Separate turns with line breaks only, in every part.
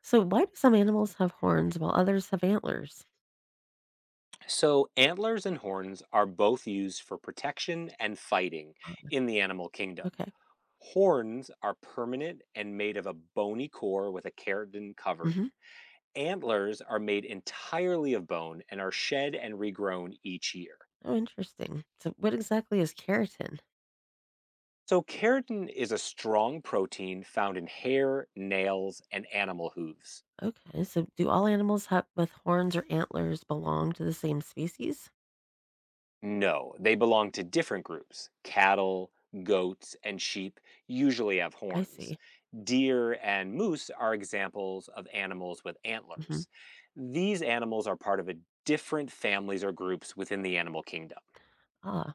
So why do some animals have horns while others have antlers?
So, antlers and horns are both used for protection and fighting
Oh,
in the animal kingdom.
okay.
Horns are permanent and made of a bony core with a keratin covering.
Hmm.
Antlers are made entirely of bone and are shed and regrown each year.
Oh, interesting. So what exactly is keratin?
So, keratin is a strong protein found in hair, nails, and animal hooves.
Okay. So do all animals have with horns or antlers belong to the same species?
No, they belong to different groups. Cattle, goats, and sheep usually have
I
horns.
see.
Deer and moose are examples of animals with
Hmm.
antlers. These animals are part of a different families or groups within the animal kingdom.
Ah.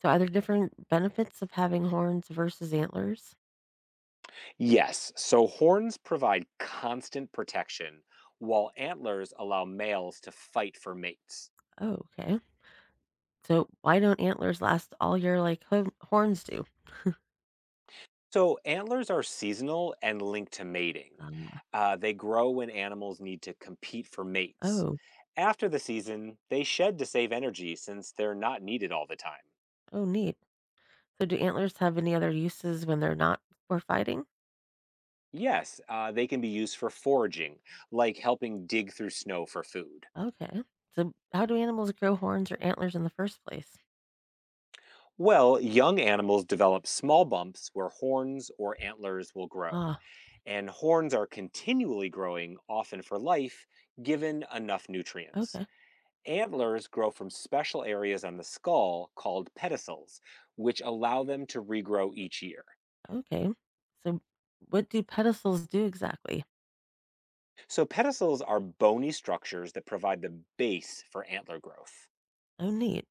So are there different benefits of having horns versus antlers?
Yes, so horns provide constant protection, while antlers allow males to fight for mates.
Oh, okay. So why don't antlers last all year like horns do?
So antlers are seasonal and linked to mating.
Ah.
They grow when animals need to compete for mates.
Oh.
After the season, they shed to save energy since they're not needed all the time.
Oh, neat. So do antlers have any other uses when they're not for fighting?
Yes, they can be used for foraging, like helping dig through snow for food.
Okay. So how do animals grow horns or antlers in the first place?
Well, young animals develop small bumps where horns or antlers will grow.
Ah,
And horns are continually growing, often for life, given enough nutrients.
okay.
Antlers grow from special areas on the skull called pedicels, which allow them to regrow each year.
Okay. So what do pedestals do exactly?
So, pedicels are bony structures that provide the base for antler growth.
Oh, neat.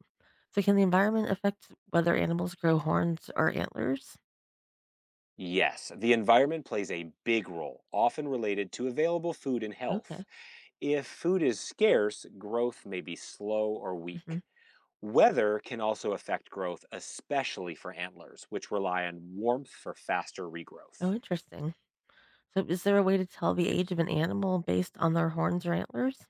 So can the environment affect whether animals grow horns or antlers?
Yes, the environment plays a big role, often related to available food and health.
Okay.
If food is scarce, growth may be slow or
Hmm.
weak. Weather can also affect growth, especially for antlers, which rely on warmth for faster regrowth.
Oh, interesting. So is there a way to tell the age of an animal based on their horns or antlers?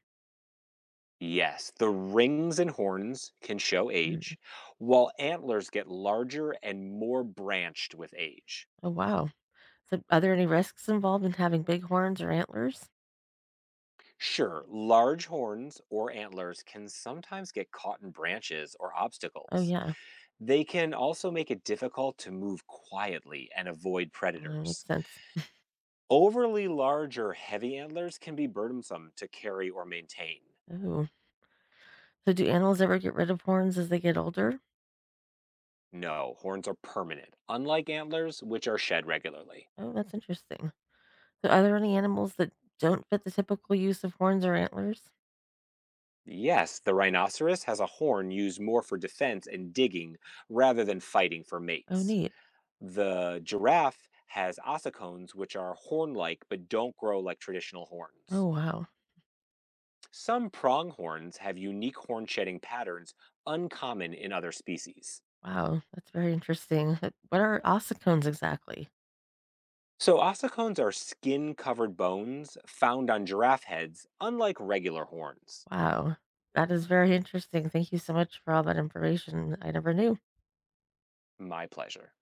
Yes, the rings and horns can show
Mm.
age, while antlers get larger and more branched with age.
Oh, wow. So are there any risks involved in having big horns or antlers?
Sure, large horns or antlers can sometimes get caught in branches or
Oh,
obstacles.
yeah.
They can also make it difficult to move quietly and avoid
Well, that
predators.
makes sense.
Overly large or heavy antlers can be burdensome to carry or maintain.
Oh. So do animals ever get rid of horns as they get older?
No, horns are permanent, unlike antlers, which are shed regularly.
Oh, that's interesting. So are there any animals that don't fit the typical use of horns or antlers?
Yes, the rhinoceros has a horn used more for defense and digging rather than fighting for
Oh,
mates.
neat.
The giraffe has ossicones, which are horn like but don't grow like traditional horns.
Oh, wow.
Some pronghorns have unique horn shedding patterns uncommon in other species.
Wow, that's very interesting. What are ossicones exactly?
So, ossicones are skin covered bones found on giraffe heads, unlike regular horns.
Wow, that is very interesting. Thank you so much for all that information. I never knew.
My pleasure.